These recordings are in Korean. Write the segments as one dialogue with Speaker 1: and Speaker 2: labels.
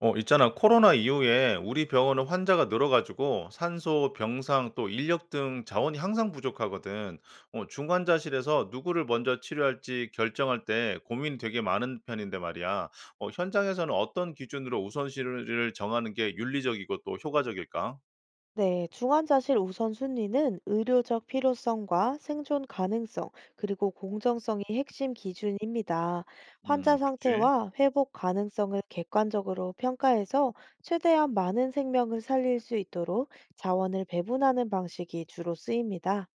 Speaker 1: 있잖아. 코로나 이후에 우리 병원은 환자가 늘어가지고 산소, 병상, 또 인력 등 자원이 항상 부족하거든. 중환자실에서 누구를 먼저 치료할지 결정할 때 고민이 되게 많은 편인데 말이야. 현장에서는 어떤 기준으로 우선순위를 정하는 게 윤리적이고 또 효과적일까?
Speaker 2: 네, 중환자실 우선순위는 의료적 필요성과 생존 가능성, 그리고 공정성이 핵심 기준입니다. 환자
Speaker 1: 그치.
Speaker 2: 상태와 회복 가능성을 객관적으로 평가해서 최대한 많은 생명을 살릴 수 있도록 자원을 배분하는 방식이 주로 쓰입니다.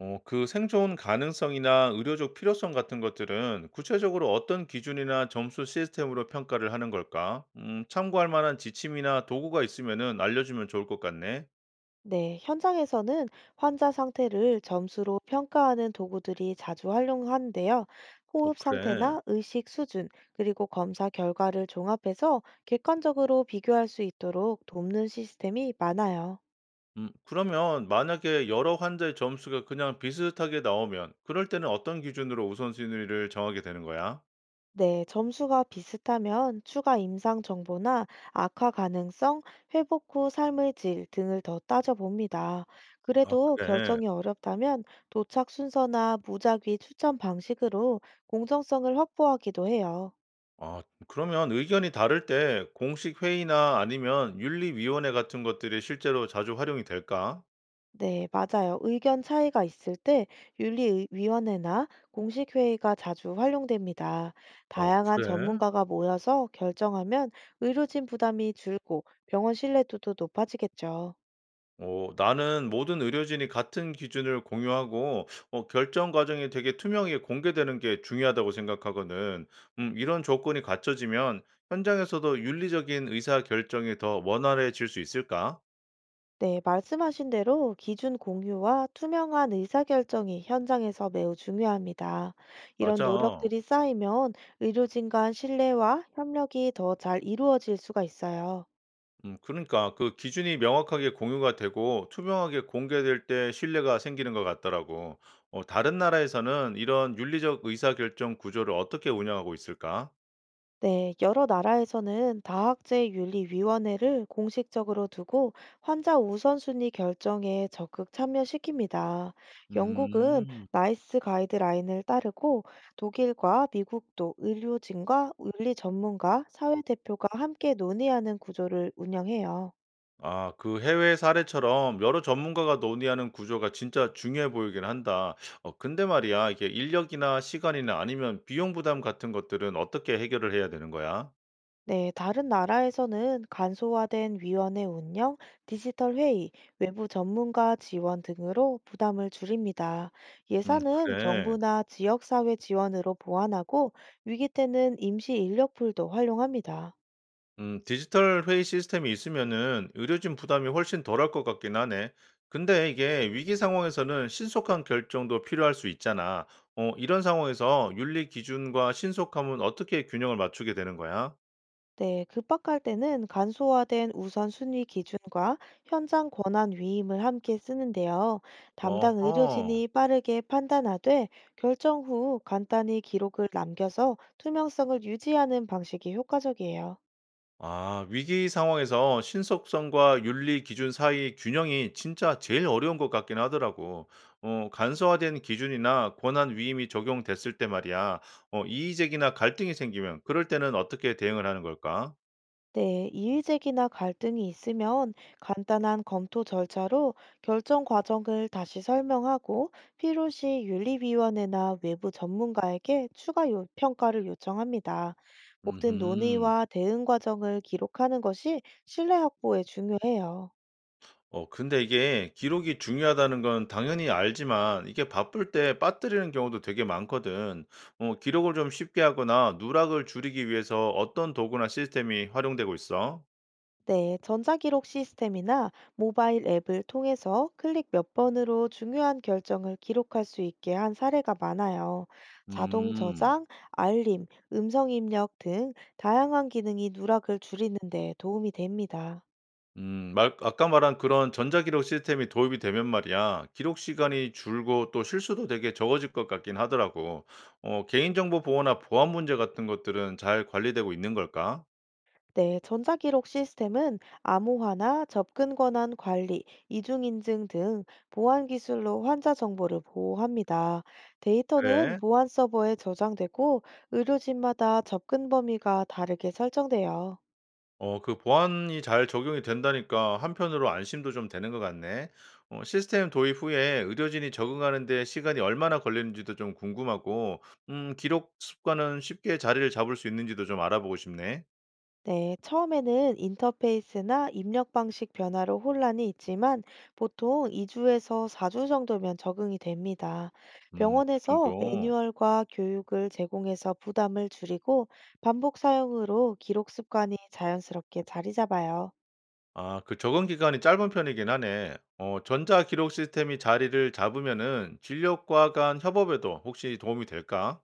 Speaker 1: 그 생존 가능성이나 의료적 필요성 같은 것들은 구체적으로 어떤 기준이나 점수 시스템으로 평가를 하는 걸까? 참고할 만한 지침이나 도구가 있으면은 알려주면 좋을 것 같네.
Speaker 2: 네, 현장에서는 환자 상태를 점수로 평가하는 도구들이 자주 활용하는데요.
Speaker 1: 어,
Speaker 2: 호흡
Speaker 1: 그래.
Speaker 2: 상태나 의식 수준, 그리고 검사 결과를 종합해서 객관적으로 비교할 수 있도록 돕는 시스템이 많아요.
Speaker 1: 그러면 만약에 여러 환자의 점수가 그냥 비슷하게 나오면 그럴 때는 어떤 기준으로 우선순위를 정하게 되는 거야?
Speaker 2: 네, 점수가 비슷하면 추가 임상 정보나 악화 가능성, 회복 후 삶의 질 등을 더 따져봅니다.
Speaker 1: 아,
Speaker 2: 그래도
Speaker 1: 그래.
Speaker 2: 결정이 어렵다면 도착 순서나 무작위 추천 방식으로 공정성을 확보하기도 해요.
Speaker 1: 아, 그러면 의견이 다를 때 공식 회의나 아니면 윤리위원회 같은 것들이 실제로 자주 활용이 될까?
Speaker 2: 네, 맞아요. 의견 차이가 있을 때 윤리위원회나 공식회의가 자주 활용됩니다.
Speaker 1: 어,
Speaker 2: 다양한
Speaker 1: 그래.
Speaker 2: 전문가가 모여서 결정하면 의료진 부담이 줄고 병원 신뢰도도 높아지겠죠.
Speaker 1: 나는 모든 의료진이 같은 기준을 공유하고 결정 과정이 되게 투명하게 공개되는 게 중요하다고 생각하거든. 이런 조건이 갖춰지면 현장에서도 윤리적인 의사 결정이 더 원활해질 수 있을까?
Speaker 2: 네, 말씀하신 대로 기준 공유와 투명한 의사결정이 현장에서 매우 중요합니다. 이런
Speaker 1: 맞아.
Speaker 2: 노력들이 쌓이면 의료진 간 신뢰와 협력이 더 잘 이루어질 수가 있어요.
Speaker 1: 그러니까 그 기준이 명확하게 공유가 되고 투명하게 공개될 때 신뢰가 생기는 것 같더라고. 다른 나라에서는 이런 윤리적 의사 결정 구조를 어떻게 운영하고 있을까?
Speaker 2: 네, 여러 나라에서는 다학제윤리위원회를 공식적으로 두고 환자 우선순위 결정에 적극 참여시킵니다. 영국은
Speaker 1: 음.
Speaker 2: 나이스 가이드라인을 따르고 독일과 미국도 의료진과 윤리 전문가, 사회 대표가 함께 논의하는 구조를 운영해요.
Speaker 1: 아, 그 해외 사례처럼 여러 전문가가 논의하는 구조가 진짜 중요해 보이긴 한다. 근데 말이야, 이게 인력이나 시간이나 아니면 비용 부담 같은 것들은 어떻게 해결을 해야 되는 거야?
Speaker 2: 네, 다른 나라에서는 간소화된 위원회 운영, 디지털 회의, 외부 전문가 지원 등으로 부담을 줄입니다. 예산은
Speaker 1: 그래.
Speaker 2: 정부나 지역사회 지원으로 보완하고 위기 때는 임시 인력풀도 활용합니다.
Speaker 1: 디지털 회의 시스템이 있으면은 의료진 부담이 훨씬 덜할 것 같긴 하네. 근데 이게 위기 상황에서는 신속한 결정도 필요할 수 있잖아. 이런 상황에서 윤리 기준과 신속함은 어떻게 균형을 맞추게 되는 거야?
Speaker 2: 네, 급박할 때는 간소화된 우선순위 기준과 현장 권한 위임을 함께 쓰는데요. 담당
Speaker 1: 어허.
Speaker 2: 의료진이 빠르게 판단하되 결정 후 간단히 기록을 남겨서 투명성을 유지하는 방식이 효과적이에요.
Speaker 1: 아, 위기 상황에서 신속성과 윤리 기준 사이의 균형이 진짜 제일 어려운 것 같긴 하더라고. 간소화된 기준이나 권한 위임이 적용됐을 때 말이야. 이의제기나 갈등이 생기면 그럴 때는 어떻게 대응을 하는 걸까?
Speaker 2: 네, 이의제기나 갈등이 있으면 간단한 검토 절차로 결정 과정을 다시 설명하고 필요시 윤리위원회나 외부 전문가에게 평가를 요청합니다. 모든
Speaker 1: 음.
Speaker 2: 논의와 대응 과정을 기록하는 것이 신뢰 확보에 중요해요.
Speaker 1: 근데 이게 기록이 중요하다는 건 당연히 알지만 이게 바쁠 때 빠뜨리는 경우도 되게 많거든. 기록을 좀 쉽게 하거나 누락을 줄이기 위해서 어떤 도구나 시스템이 활용되고 있어?
Speaker 2: 네, 전자기록 시스템이나 모바일 앱을 통해서 클릭 몇 번으로 중요한 결정을 기록할 수 있게 한 사례가 많아요. 자동
Speaker 1: 음.
Speaker 2: 저장, 알림, 음성 입력 등 다양한 기능이 누락을 줄이는 데 도움이 됩니다.
Speaker 1: 아까 말한 그런 전자기록 시스템이 도입이 되면 말이야, 기록 시간이 줄고 또 실수도 되게 적어질 것 같긴 하더라고. 개인정보 보호나 보안 문제 같은 것들은 잘 관리되고 있는 걸까?
Speaker 2: 네, 전자기록 시스템은 암호화나 접근 권한 관리, 이중인증 등 보안 기술로 환자 정보를 보호합니다. 데이터는
Speaker 1: 그래.
Speaker 2: 보안 서버에 저장되고 의료진마다 접근 범위가 다르게 설정돼요.
Speaker 1: 그 보안이 잘 적용이 된다니까 한편으로 안심도 좀 되는 것 같네. 시스템 도입 후에 의료진이 적응하는데 시간이 얼마나 걸리는지도 좀 궁금하고, 기록 습관은 쉽게 자리를 잡을 수 있는지도 좀 알아보고 싶네.
Speaker 2: 네, 처음에는 인터페이스나 입력 방식 변화로 혼란이 있지만 보통 2주에서 4주 정도면 적응이 됩니다.
Speaker 1: 그
Speaker 2: 병원에서
Speaker 1: 정도.
Speaker 2: 매뉴얼과 교육을 제공해서 부담을 줄이고 반복 사용으로 기록 습관이 자연스럽게 자리 잡아요.
Speaker 1: 아 그 적응 기간이 짧은 편이긴 하네. 전자 기록 시스템이 자리를 잡으면은 진료과 간 협업에도 혹시 도움이 될까?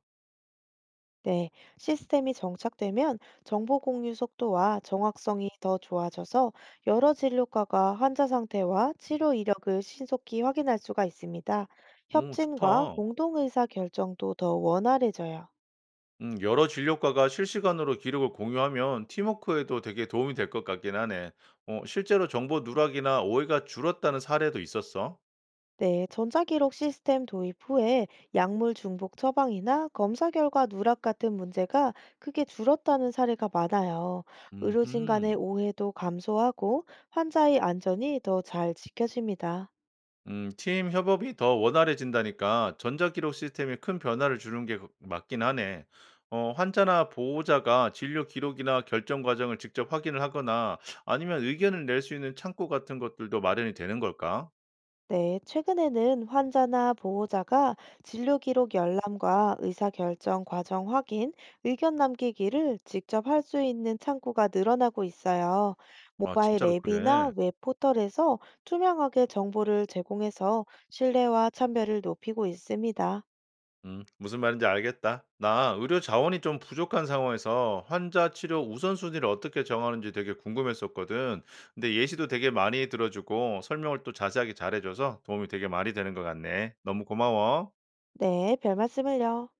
Speaker 2: 네, 시스템이 정착되면 정보 공유 속도와 정확성이 더 좋아져서 여러 진료과가 환자 상태와 치료 이력을 신속히 확인할 수가 있습니다.
Speaker 1: 오
Speaker 2: 협진과
Speaker 1: 좋다.
Speaker 2: 공동 의사 결정도 더 원활해져요.
Speaker 1: 여러 진료과가 실시간으로 기록을 공유하면 팀워크에도 되게 도움이 될 것 같긴 하네. 실제로 정보 누락이나 오해가 줄었다는 사례도 있었어?
Speaker 2: 네, 전자기록 시스템 도입 후에 약물 중복 처방이나 검사 결과 누락 같은 문제가 크게 줄었다는 사례가 많아요. 의료진 간의
Speaker 1: 음흠.
Speaker 2: 오해도 감소하고 환자의 안전이 더 잘 지켜집니다.
Speaker 1: 팀 협업이 더 원활해진다니까 전자기록 시스템이 큰 변화를 주는 게 맞긴 하네. 환자나 보호자가 진료 기록이나 결정 과정을 직접 확인을 하거나 아니면 의견을 낼 수 있는 창구 같은 것들도 마련이 되는 걸까?
Speaker 2: 네, 최근에는 환자나 보호자가 진료 기록 열람과 의사 결정 과정 확인, 의견 남기기를 직접 할 수 있는 창구가 늘어나고 있어요.
Speaker 1: 아,
Speaker 2: 모바일
Speaker 1: 진짜로
Speaker 2: 앱이나
Speaker 1: 그래.
Speaker 2: 웹 포털에서 투명하게 정보를 제공해서 신뢰와 참여를 높이고 있습니다.
Speaker 1: 무슨 말인지 알겠다. 나 의료 자원이 좀 부족한 상황에서 환자 치료 우선순위를 어떻게 정하는지 되게 궁금했었거든. 근데 예시도 되게 많이 들어주고 설명을 또 자세하게 잘해줘서 도움이 되게 많이 되는 것 같네. 너무 고마워.
Speaker 2: 네, 별 말씀을요.